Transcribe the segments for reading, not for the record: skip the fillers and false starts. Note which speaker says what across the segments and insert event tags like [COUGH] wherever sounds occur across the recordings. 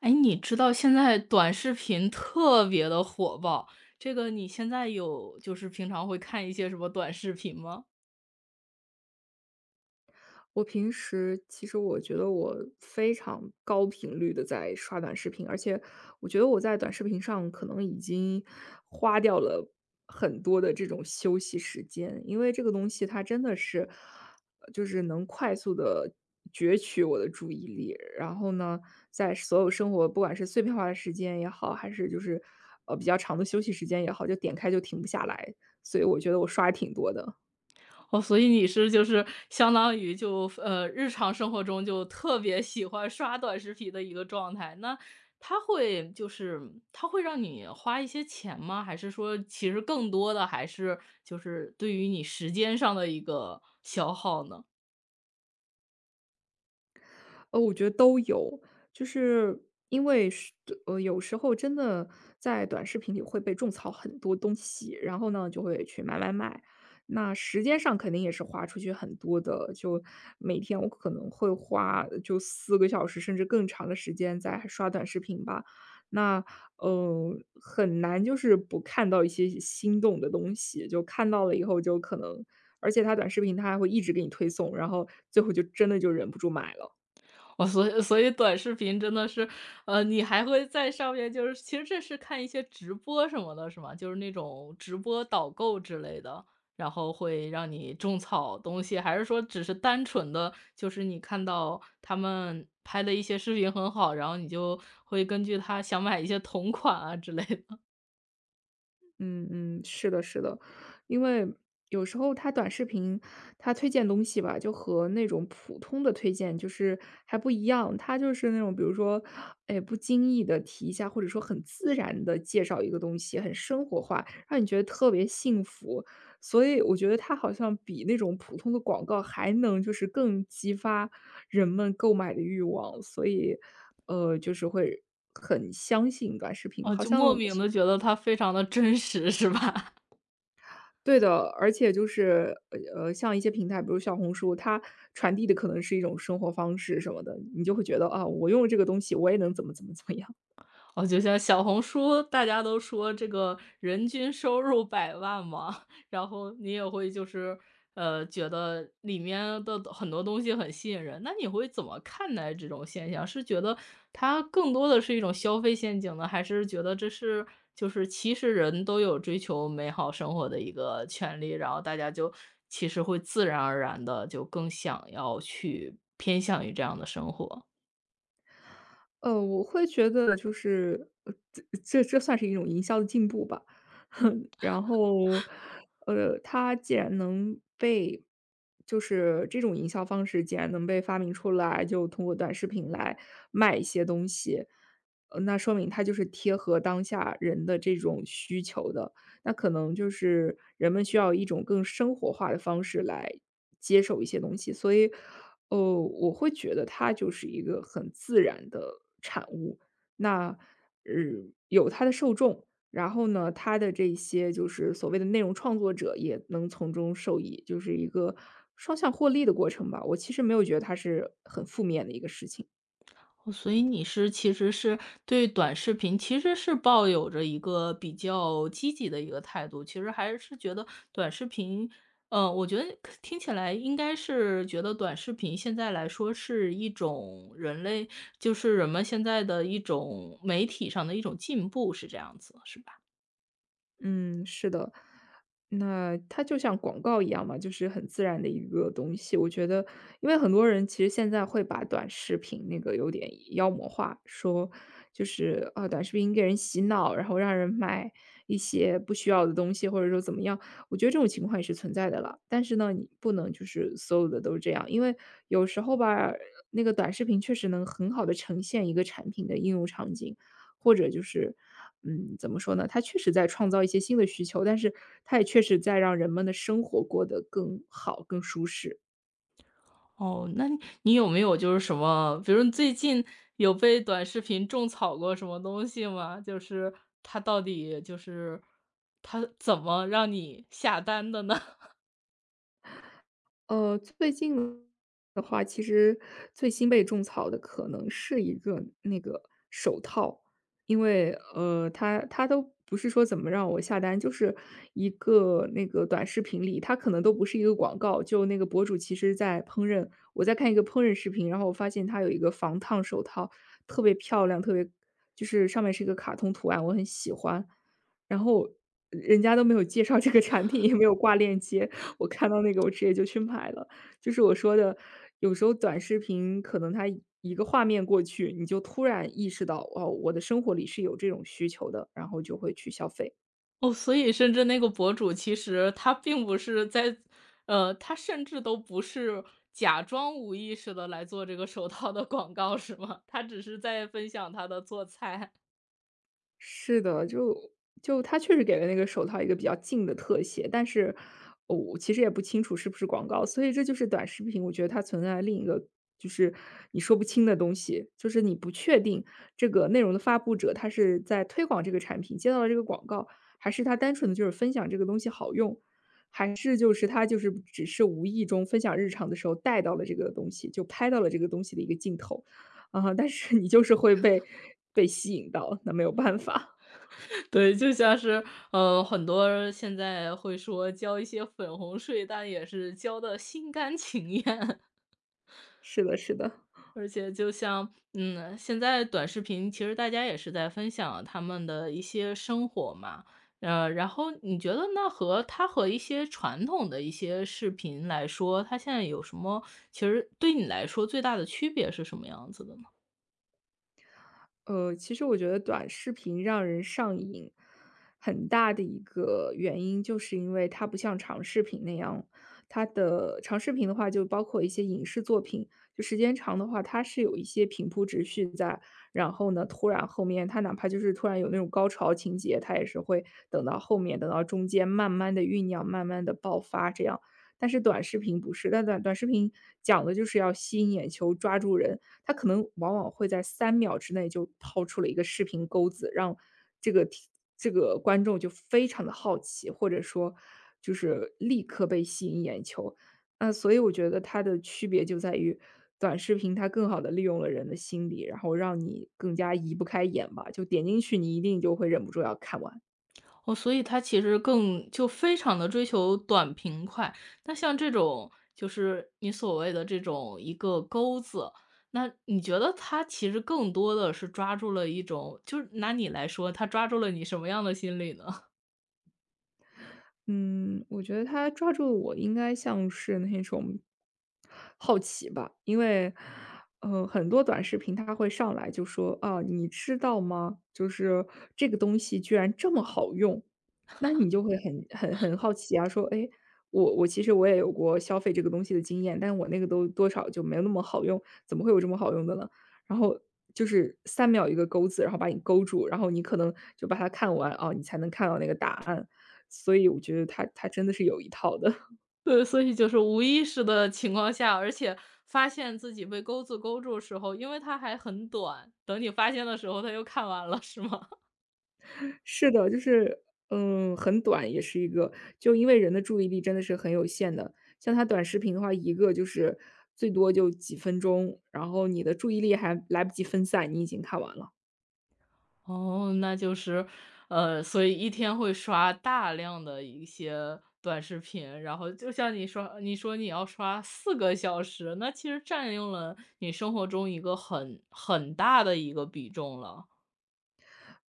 Speaker 1: 哎，你知道现在短视频特别的火爆，这个你现在有就是平常会看一些什么短视频吗？
Speaker 2: 我平时其实我觉得我非常高频率的在刷短视频，而且我觉得我在短视频上可能已经花掉了很多的这种休息时间，因为这个东西它真的是，能快速的攫取我的注意力，然后呢，在所有生活不管是碎片化的时间也好，还是就是比较长的休息时间也好，就点开就停不下来，所以我觉得我刷挺多的。
Speaker 1: 哦，所以你是就是相当于就日常生活中就特别喜欢刷短视频的一个状态，那它会就是它会让你花一些钱吗？还是说其实更多的还是就是对于你时间上的一个消耗呢？
Speaker 2: 呃，我觉得都有，就是因为是有时候真的在短视频里会被种草很多东西，然后呢，就会去买买买。那时间上肯定也是花出去很多的，就每天我可能会花就四个小时甚至更长的时间在刷短视频吧。那，呃，很难就是不看到一些心动的东西，就看到了以后就可能而且它短视频它还会一直给你推送，然后最后就真的就忍不住买了。
Speaker 1: 我所以所以短视频真的是，你还会在上面就是其实这是看一些直播什么的，是吗？就是那种直播导购之类的，然后会让你种草东西，还是说只是单纯的就是你看到他们拍的一些视频很好，然后你就会根据他想买一些同款啊之类的，
Speaker 2: 嗯嗯，是的，是的，因为有时候它短视频，它推荐东西吧，就和那种普通的推荐就是还不一样。它就是那种比如说，哎，不经意的提一下，或者说很自然的介绍一个东西，很生活化，让你觉得特别幸福。所以我觉得它好像比那种普通的广告还能就是更激发人们购买的欲望，所以，呃，就是会很相信短视频。
Speaker 1: 哦，
Speaker 2: 好
Speaker 1: 就
Speaker 2: 像
Speaker 1: 莫
Speaker 2: 我
Speaker 1: 名的觉得它非常的真实，是吧？
Speaker 2: 对的，而且就是像一些平台，比如小红书，它传递的可能是一种生活方式什么的，你就会觉得啊，我用这个东西，我也能怎么怎么怎么样。
Speaker 1: 哦，就像小红书，大家都说这个人均收入百万嘛，[LAUGHS] 然后你也会就是，觉得里面的很多东西很吸引人，那你会怎么看待这种现象？是觉得它更多的是一种消费陷阱呢，还是觉得这是就是其实人都有追求美好生活的一个权利，然后大家就其实会自然而然的就更想要去偏向于这样的生活？
Speaker 2: 呃，我会觉得就是，这算是一种营销的进步吧。[LAUGHS] 然后，呃，它既然能被就是这种营销方式既然能被发明出来，就通过短视频来卖一些东西，呃，那说明它就是贴合当下人的这种需求的。那可能就是人们需要一种更生活化的方式来接受一些东西，所以哦，我会觉得它就是一个很自然的产物。那，呃，有它的受众，然后呢，它的这些就是所谓的内容创作者也能从中受益，就是一个双向获利的过程吧。我其实没有觉得它是很负面的一个事情。
Speaker 1: 哦所以你是其实是对短视频其实是抱有着一个比较积极的一个态度，其实还是觉得短视频我觉得听起来应该是觉得短视频现在来说是一种人类就是人们现在的一种媒体上的一种进步，是这样子，是吧？
Speaker 2: 嗯，是的。那它就像广告一样嘛，就是很自然的一个东西。我觉得，因为很多人其实现在会把短视频那个有点妖魔化，说就是啊，短视频给人洗脑，然后让人买一些不需要的东西，或者说怎么样。我觉得这种情况也是存在的了，但是呢，你不能就是所有的都这样，因为有时候吧，那个短视频确实能很好的呈现一个产品的应用场景，或者就是嗯，怎么说呢？它确实在创造一些新的需求，但是它也确实在让人们的生活过得更好、更舒适。
Speaker 1: 哦，那你有没有就是什么，比如你最近有被短视频种草过什么东西吗？就是它到底就是它怎么让你下单的呢？
Speaker 2: 呃，最近的话，其实最新被种草的可能是一个那个手套，因为呃，它都不是说怎么让我下单，就是一个那个短视频里，它可能都不是一个广告，就那个博主其实在烹饪，我在看一个烹饪视频，然后我发现它有一个防烫手套，特别漂亮，特别就是上面是一个卡通图案，我很喜欢，然后人家都没有介绍这个产品，也没有挂链接，[LAUGHS] 我看到那个我直接就去买了。就是我说的，有时候短视频可能它一个画面过去，你就突然意识到，哦，我的生活里是有这种需求的，然后就会去消费。
Speaker 1: [LAUGHS] 哦，所以甚至那个博主其实他并不是在他甚至都不是假装无意识的来做这个手套的广告是吗？他只是在分享他的做菜。
Speaker 2: 是的，就他确实给了那个手套一个比较近的特写，但是呃我其实也不清楚是不是广告，所以这就是短视频，我觉得它存在的另一个就是你说不清的东西，就是你不确定这个内容的发布者他是在推广这个产品，接到了这个广告，还是他单纯的就是分享这个东西好用，还是就是他就是只是无意中分享日常的时候带到了这个东西，就拍到了这个东西的一个镜头啊，但是你就是会被吸引到，那没有办法。
Speaker 1: 对，就像是，很多现在会说交一些粉红税，但也是交的心甘情愿。
Speaker 2: 是的，是的，
Speaker 1: [LAUGHS] 而且就像，现在短视频其实大家也是在分享他们的一些生活嘛，然后你觉得那和它和一些传统的一些视频来说，它现在有什么其实对你来说最大的区别是什么样子的呢？
Speaker 2: 呃，其实我觉得短视频让人上瘾，很大的一个原因就是因为它不像长视频那样，它的长视频的话就包括一些影视作品，就时间长的话，它是有一些平铺直叙在，然后呢，突然后面它哪怕就是突然有那种高潮情节，它也是会等到后面，等到中间慢慢的酝酿，慢慢的爆发这样。但是短视频不是，但短视频讲的就是要吸引眼球，抓住人，他可能往往会在三秒之内就抛出了一个视频钩子，让这个听这个观众就非常的好奇，或者说就是立刻被吸引眼球。那所以我觉得它的区别就在于，短视频它更好的利用了人的心理，然后让你更加移不开眼吧，就点进去你一定就会忍不住要看完。
Speaker 1: 哦，所以它其实更就非常的追求短平快。那像这种就是你所谓的这种一个钩子，那你觉得它其实更多的是抓住了一种就是拿你来说，它抓住了你什么样的心理呢？
Speaker 2: 嗯，我觉得他抓住我应该像是那种好奇吧，因为，呃，很多短视频它会上来就说啊，你知道吗？就是这个东西居然这么好用，那你就会很好奇啊，说，哎，其实我也有过消费这个东西的经验，但我那个都多少就没有那么好用，怎么会有这么好用的呢？然后就是三秒一个钩子，然后把你勾住，然后你可能就把它看完啊，你才能看到那个答案。所以我觉得他真的是有一套的。
Speaker 1: [LAUGHS] 对，所以就是无意识的情况下，而且发现自己被钩子勾住时候，因为它还很短，等你发现的时候它又看完了，是吗？
Speaker 2: [LAUGHS] 是的，就是，嗯，很短也是一个就因为人的注意力真的是很有限的，像他短视频的话，一个就是最多就几分钟，然后你的注意力还来不及分散，你已经看完了。
Speaker 1: 哦，那就是，所以一天会刷大量的一些短视频，然后就像你说，你要刷4个小时，那其实占用了你生活中一个很大的一个比重了。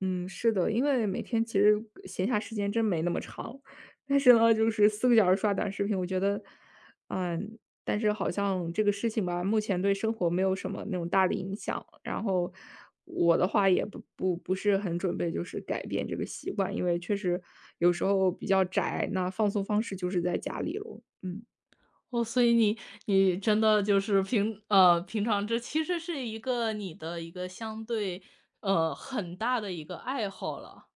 Speaker 2: 嗯，是的，因为每天其实闲暇时间真没那么长，但是呢，就是四个小时刷短视频，我觉得，嗯，但是好像这个事情吧，目前对生活没有什么那种大的影响。然后我的话也不是很准备就是改变这个习惯，因为确实有时候比较宅，那放松方式就是在家里咯，嗯。
Speaker 1: 哦，所以你真的就是平常这其实是一个你的一个相对，很大的一个爱好了。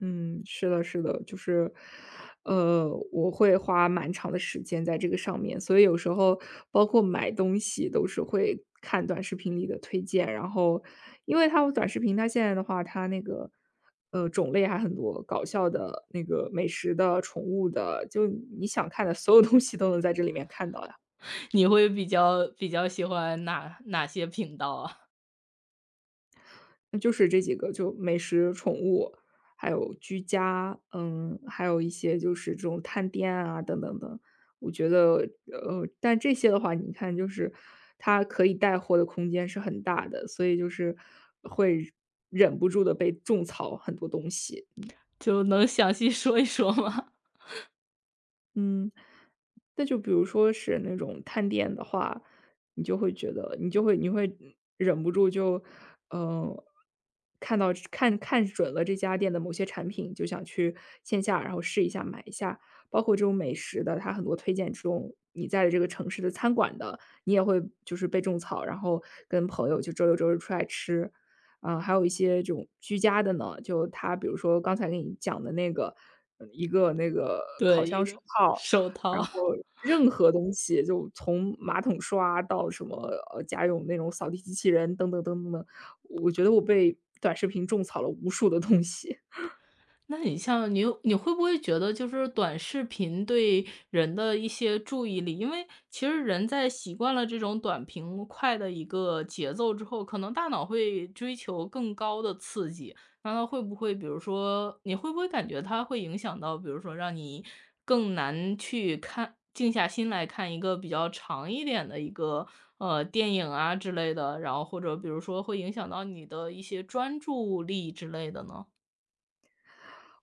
Speaker 2: 嗯，是的，是的，就是，呃，我会花蛮长的时间在这个上面，所以有时候包括买东西都是会看短视频里的推荐，然后因为它有短视频，它现在的话，它那个呃种类还很多，搞笑的、那个美食的、宠物的，就你想看的所有东西都能在这里面看到呀。
Speaker 1: [LAUGHS] 你会比较喜欢哪些频道啊？
Speaker 2: 那就是这几个，就美食、宠物，还有居家，嗯，还有一些就是这种探店啊，等等等。我觉得，呃，但这些的话，你看就是它可以带货的空间是很大的，所以就是会忍不住的被种草很多东西。
Speaker 1: [LAUGHS] 就能详细说一说吗？
Speaker 2: 嗯。那就比如说是那种探店的话，你就会觉得你就会你会忍不住就，嗯，看到看看准了这家店的某些产品，就想去线下然后试一下买一下。包括这种美食的，它很多推荐这种你在这个城市的餐馆的，你也会就是被种草，然后跟朋友就周六周日出来吃。啊，还有一些这种居家的呢，就他比如说刚才给你讲的那个一个那个烤
Speaker 1: 对，
Speaker 2: 箱
Speaker 1: 一
Speaker 2: 手
Speaker 1: 个
Speaker 2: 套，
Speaker 1: 手
Speaker 2: 然
Speaker 1: 套。
Speaker 2: 后任何东西，就从马桶刷到什么，家用那种扫地机器人等等等等等，我觉得我被短视频种草了无数的东西。
Speaker 1: 那你像你有你会不会觉得就是短视频对人的一些注意力因为其实人在习惯了这种短平快的一个节奏之后，可能大脑会追求更高的刺激。那它会不会比如说你会不会感觉它会影响到，比如说让你更难静下心来看一个比较长一点的一个，电影啊之类的，然后或者比如说会影响到你的一些专注力之类的呢？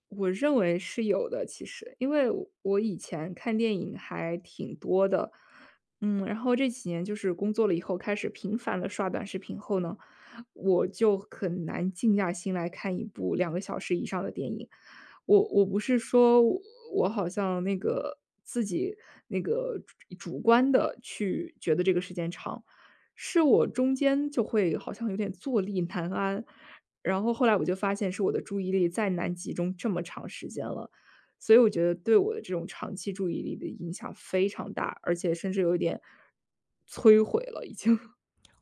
Speaker 2: 我认为是有的，其实，因为我以前看电影还挺多的，然后这几年就是工作了以后，开始频繁的刷短视频后呢，我就很难静下心来看一部2个小时以上的电影。我不是说我好像那个自己那个主观的去觉得这个时间长，是我中间就会好像有点坐立难安，然后后来我就发现是我的注意力再难集中这么长时间了，所以我觉得对我的这种长期注意力的影响非常大，而且甚至有一点摧毁了已经。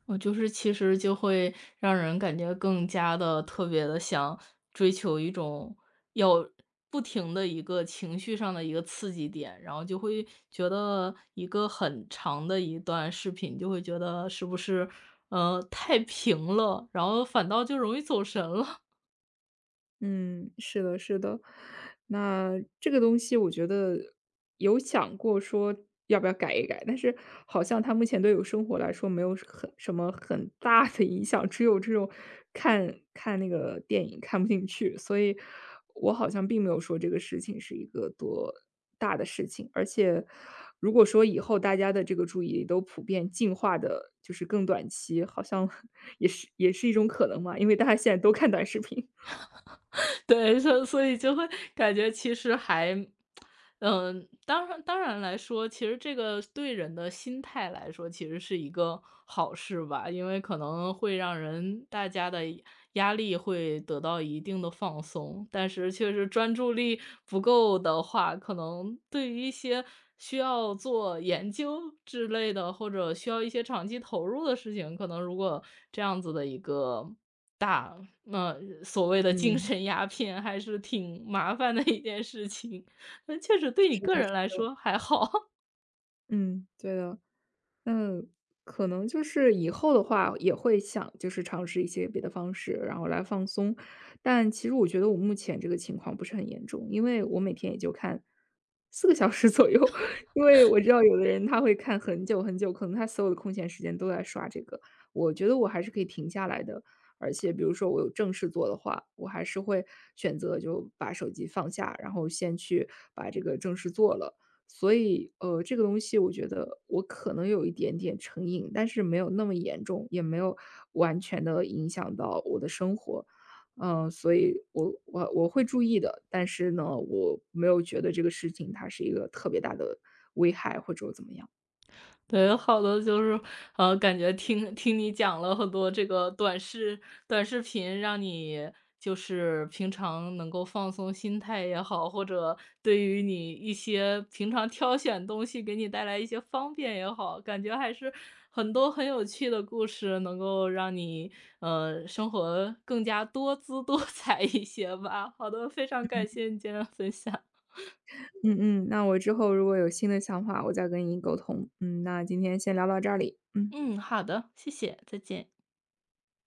Speaker 1: 我就是其实就会让人感觉更加的特别的想追求一种要不停的一个情绪上的一个刺激点，然后就会觉得一个很长的一段视频，就会觉得是不是，太平了，然后反倒就容易走神了。
Speaker 2: 嗯，是的，是的。那这个东西我觉得有想过说要不要改一改，但是好像它目前对我生活来说没有很什么很大的影响，只有这种看看那个电影看不进去，所以我好像并没有说这个事情是一个多大的事情。而且如果说以后大家的这个注意力都普遍进化的，就是更短期，好像 [LAUGHS] 也是一种可能嘛，因为大家现在都看短视频。
Speaker 1: 对，所以就会感觉其实还当然来说，其实这个对人的心态来说，其实是一个好事吧，因为可能会大家的压力会得到一定的放松，但是确实专注力不够的话，可能对于一些需要做研究之类的，或者需要一些长期投入的事情，可能如果这样子的一个大，那所谓的精
Speaker 2: 嗯。
Speaker 1: 神鸦片还是挺麻烦的一件事情，那确实对你
Speaker 2: 是
Speaker 1: 个
Speaker 2: 的
Speaker 1: 人
Speaker 2: 是
Speaker 1: 来说还好。
Speaker 2: 嗯，对的。那可能就是以后的话也会想就是尝试一些别的方式，然后来放松。但其实我觉得我目前这个情况不是很严重，因为我每天也就看4个小时左右。[LAUGHS] 因为我知道有的人他会看很久很久，可能他所有的空闲时间都在刷这个，我觉得我还是可以停下来的。而且比如说我有正事做的话，我还是会选择就把手机放下，然后先去把这个正事做了。所以，这个东西我觉得我可能有一点点成瘾，但是没有那么严重，也没有完全的影响到我的生活。所以我会注意的，但是呢，我没有觉得这个事情它是一个特别大的危害或者怎么样。
Speaker 1: 对，好的，就是，感觉听你讲了很多这个短视频，让你就是平常能够放松心态也好，或者对于你一些平常挑选东西给你带来一些方便也好，感觉还是很多很有趣的故事，能够让你生活更加多姿多彩一些吧。好的，非常感谢你今天的分享。
Speaker 2: 嗯嗯，那我之后如果有新的想法，我再跟你沟通。嗯，那今天先聊到这里，嗯。
Speaker 1: 嗯，好的，谢谢，再见。